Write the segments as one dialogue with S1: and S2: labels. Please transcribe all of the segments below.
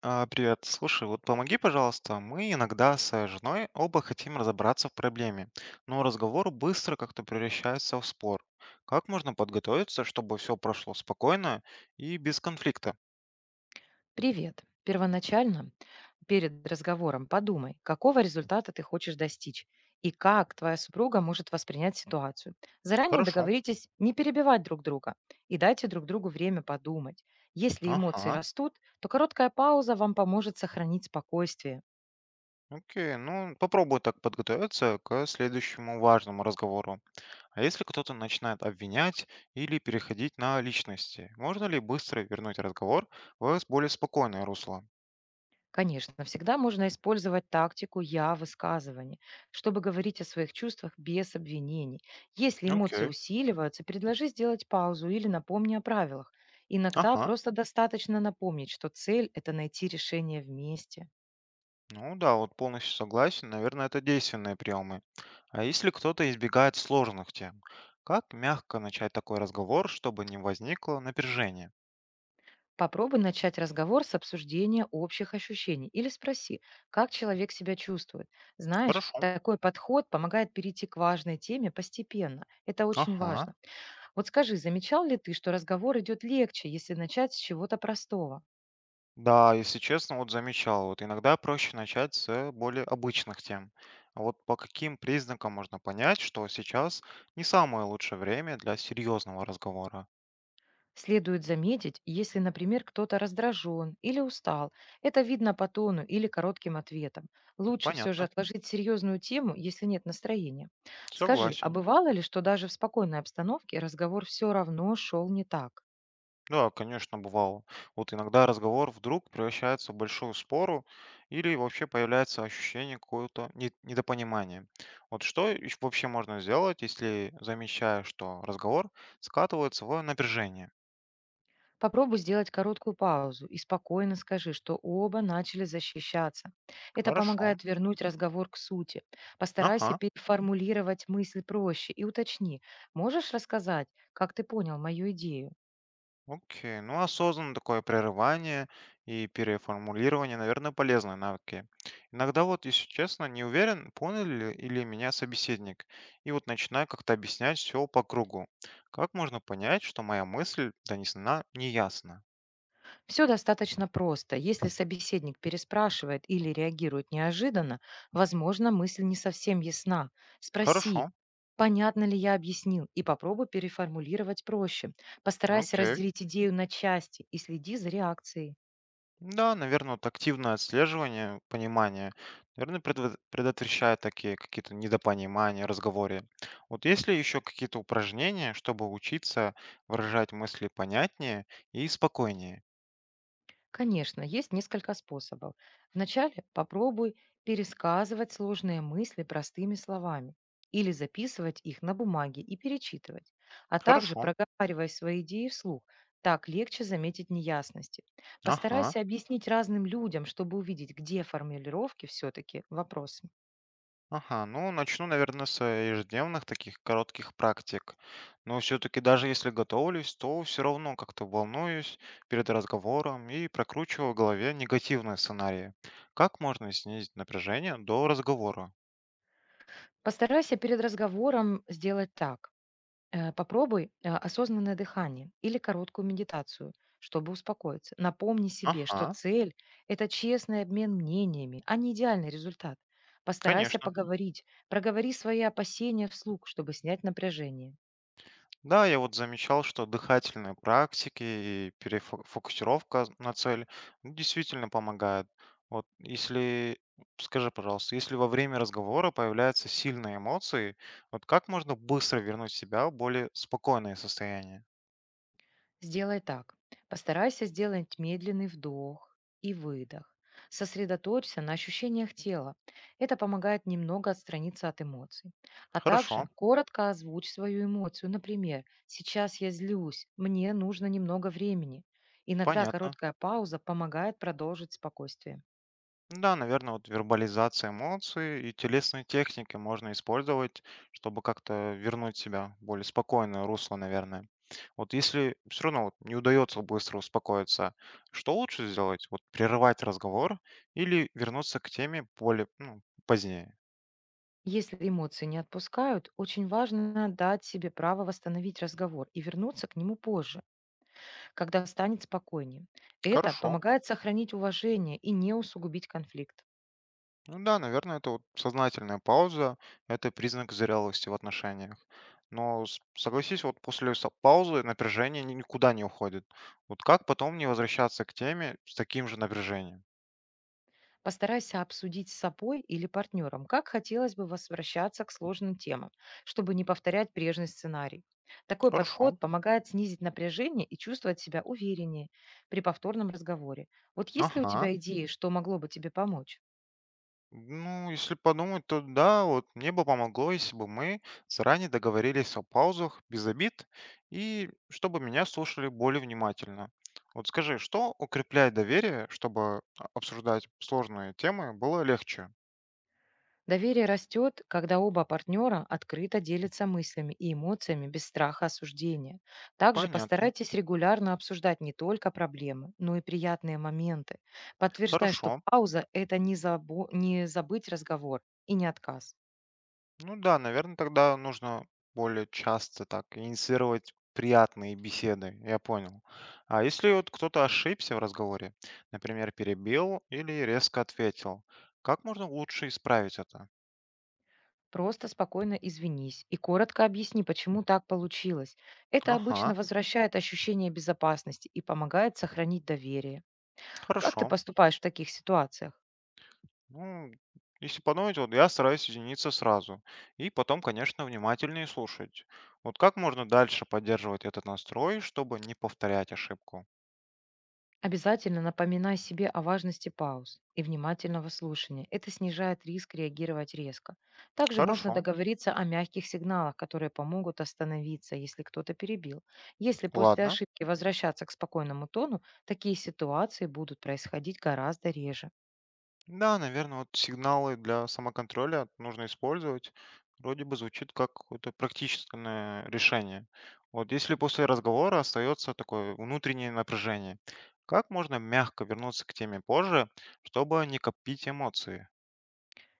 S1: Привет, слушай, вот помоги, пожалуйста, мы иногда с женой оба хотим разобраться в проблеме, но разговор быстро как-то превращается в спор. Как можно подготовиться, чтобы все прошло спокойно и без конфликта?
S2: Привет. Первоначально, перед разговором подумай, какого результата ты хочешь достичь и как твоя супруга может воспринять ситуацию. Заранее
S1: Хорошо.
S2: договоритесь не перебивать друг друга и дайте друг другу время подумать. Если эмоции
S1: Ага.
S2: растут, то короткая пауза вам поможет сохранить спокойствие.
S1: Окей, ну попробуй так подготовиться к следующему важному разговору. А если кто-то начинает обвинять или переходить на личности, можно ли быстро вернуть разговор в более спокойное русло?
S2: Конечно, всегда можно использовать тактику «я» высказывания, чтобы говорить о своих чувствах без обвинений. Если эмоции
S1: Окей.
S2: усиливаются, предложи сделать паузу или напомни о правилах. Иногда
S1: Ага.
S2: просто достаточно напомнить, что цель– это найти решение вместе.
S1: Ну да, вот полностью согласен. Наверное, это действенные приемы. А если кто-то избегает сложных тем, как мягко начать такой разговор, чтобы не возникло напряжения?
S2: Попробуй начать разговор с обсуждения общих ощущений или спроси, как человек себя чувствует. Знаешь,
S1: Хорошо.
S2: такой подход помогает перейти к важной теме постепенно. Это очень
S1: Ага.
S2: важно. Вот скажи, замечал ли ты, что разговор идет легче, если начать с чего-то простого?
S1: Да, если честно, вот замечал, вот иногда проще начать с более обычных тем. А вот по каким признакам можно понять, что сейчас не самое лучшее время для серьезного разговора?
S2: Следует заметить, если, например, кто-то раздражен или устал. Это видно по тону или коротким ответам. Лучше все же
S1: Понятно.
S2: отложить серьезную тему, если нет настроения. Скажи, а
S1: Согласен.
S2: бывало ли, что даже в спокойной обстановке разговор все равно шел не так?
S1: Да, конечно, бывало. Вот иногда разговор вдруг превращается в большую спору или вообще появляется ощущение какого-то недопонимания. Вот что и вообще можно сделать, если замечаешь, что разговор скатывается в напряжение?
S2: Попробуй сделать короткую паузу и спокойно скажи, что оба начали защищаться. Это
S1: Хорошо.
S2: помогает вернуть разговор к сути. Постарайся
S1: Ага.
S2: переформулировать мысль проще и уточни, можешь рассказать, как ты понял мою идею.
S1: Окей, ну осознанно такое прерывание и переформулирование, наверное, полезные навыки. Иногда вот, если честно, не уверен, понял ли или меня собеседник, и вот начинаю как-то объяснять все по кругу. Как можно понять, что моя мысль донесена неясно?
S2: Все достаточно просто. Если собеседник переспрашивает или реагирует неожиданно, возможно, мысль не совсем ясна. Спроси,
S1: Хорошо,
S2: понятно ли я объяснил? И попробуй переформулировать проще. Постарайся
S1: окей.
S2: разделить идею на части и следи за реакцией.
S1: Да, наверное, вот активное отслеживание, понимание, наверное, предотвращает такие какие-то недопонимания, разговоры. Вот есть ли еще какие-то упражнения, чтобы учиться выражать мысли понятнее и спокойнее?
S2: Конечно, есть несколько способов. Вначале попробуй пересказывать сложные мысли простыми словами или записывать их на бумаге и перечитывать, а также
S1: Хорошо.
S2: проговаривай свои идеи вслух. Так легче заметить неясности.
S1: Ага.
S2: Постарайся объяснить разным людям, чтобы увидеть, где формулировки все-таки вопросы.
S1: Ага, ну начну, наверное, с ежедневных таких коротких практик. Но все-таки даже если готовлюсь, то все равно как-то волнуюсь перед разговором и прокручиваю в голове негативные сценарии. Как можно снизить напряжение до разговора?
S2: Постарайся перед разговором сделать так. Попробуй осознанное дыхание или короткую медитацию, чтобы успокоиться. Напомни себе, что
S1: Ага,
S2: цель– это честный обмен мнениями, а не идеальный результат. Постарайся
S1: конечно.
S2: поговорить, проговори свои опасения вслух, чтобы снять напряжение.
S1: Да, я вот замечал, что дыхательные практики и перефокусировка на цель ну, действительно помогает. Вот если, скажи, пожалуйста, если во время разговора появляются сильные эмоции, вот как можно быстро вернуть себя в более спокойное состояние?
S2: Сделай так. Постарайся сделать медленный вдох и выдох. Сосредоточься на ощущениях тела. Это помогает немного отстраниться от эмоций. А также
S1: Хорошо,
S2: коротко озвучь свою эмоцию. Например, сейчас я злюсь, мне нужно немного времени. Иногда
S1: понятно.
S2: короткая пауза помогает продолжить спокойствие.
S1: Ну да, наверное, вот вербализация эмоций и телесные техники можно использовать, чтобы как-то вернуть себя в более спокойное русло, наверное. Вот если все равно вот не удается быстро успокоиться, что лучше сделать? Вот прерывать разговор или вернуться к теме более ну, позднее?
S2: Если эмоции не отпускают, очень важно дать себе право восстановить разговор и вернуться к нему позже, когда станет спокойнее. Это
S1: Хорошо.
S2: помогает сохранить уважение и не усугубить конфликт.
S1: Ну да, наверное, это вот сознательная пауза, это признак зрелости в отношениях. Но согласись, вот после паузы напряжение никуда не уходит. Вот как потом не возвращаться к теме с таким же напряжением?
S2: Постарайся обсудить с собой или партнером, как хотелось бы возвращаться к сложным темам, чтобы не повторять прежний сценарий. Такой
S1: Хорошо.
S2: подход помогает снизить напряжение и чувствовать себя увереннее при повторном разговоре. Вот есть ли у
S1: Ага.
S2: тебя идеи, что могло бы тебе помочь?
S1: Ну, если подумать, то да, вот мне бы помогло, если бы мы заранее договорились о паузах без обид и чтобы меня слушали более внимательно. Вот скажи, что укрепляет доверие, чтобы обсуждать сложные темы было легче?
S2: Доверие растет, когда оба партнера открыто делятся мыслями и эмоциями без страха осуждения. Также
S1: Понятно.
S2: постарайтесь регулярно обсуждать не только проблемы, но и приятные моменты, подтверждая, что
S1: Хорошо.
S2: пауза– это не, не забыть разговор и не отказ.
S1: Ну да, наверное, тогда нужно более часто так инициировать приятные беседы, я понял. А если вот кто-то ошибся в разговоре, например, перебил или резко ответил, как можно лучше исправить это?
S2: Просто спокойно извинись и коротко объясни, почему так получилось. Это
S1: Ага,
S2: обычно возвращает ощущение безопасности и помогает сохранить доверие. Как ты
S1: хорошо.
S2: поступаешь в таких ситуациях?
S1: Ну, если подумать, вот я стараюсь извиниться сразу. И потом, конечно, внимательнее слушать. Вот как можно дальше поддерживать этот настрой, чтобы не повторять ошибку?
S2: Обязательно напоминай себе о важности пауз и внимательного слушания. Это снижает риск реагировать резко. Также можно
S1: Хорошо,
S2: договориться о мягких сигналах, которые помогут остановиться, если кто-то перебил. Если после
S1: ладно.
S2: ошибки возвращаться к спокойному тону, такие ситуации будут происходить гораздо реже.
S1: Да, наверное, вот сигналы для самоконтроля нужно использовать. Вроде бы звучит как какое-то практическое решение. Вот если после разговора остается такое внутреннее напряжение, как можно мягко вернуться к теме позже, чтобы не копить эмоции?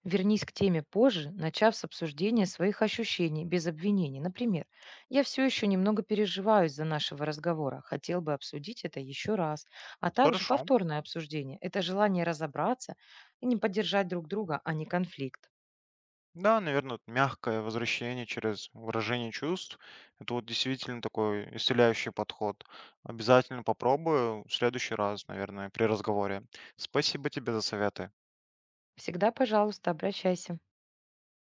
S2: Вернись к теме позже, начав с обсуждения своих ощущений без обвинений. Например, «Я все еще немного переживаю из-за нашего разговора. Хотел бы обсудить это еще раз». А также
S1: Хорошо.
S2: повторное обсуждение– это желание разобраться и не поддержать друг друга, а не конфликт.
S1: Да, наверное, мягкое возвращение через выражение чувств. Это вот действительно такой исцеляющий подход. Обязательно попробую в следующий раз, наверное, при разговоре. Спасибо тебе за советы.
S2: Всегда, пожалуйста, обращайся.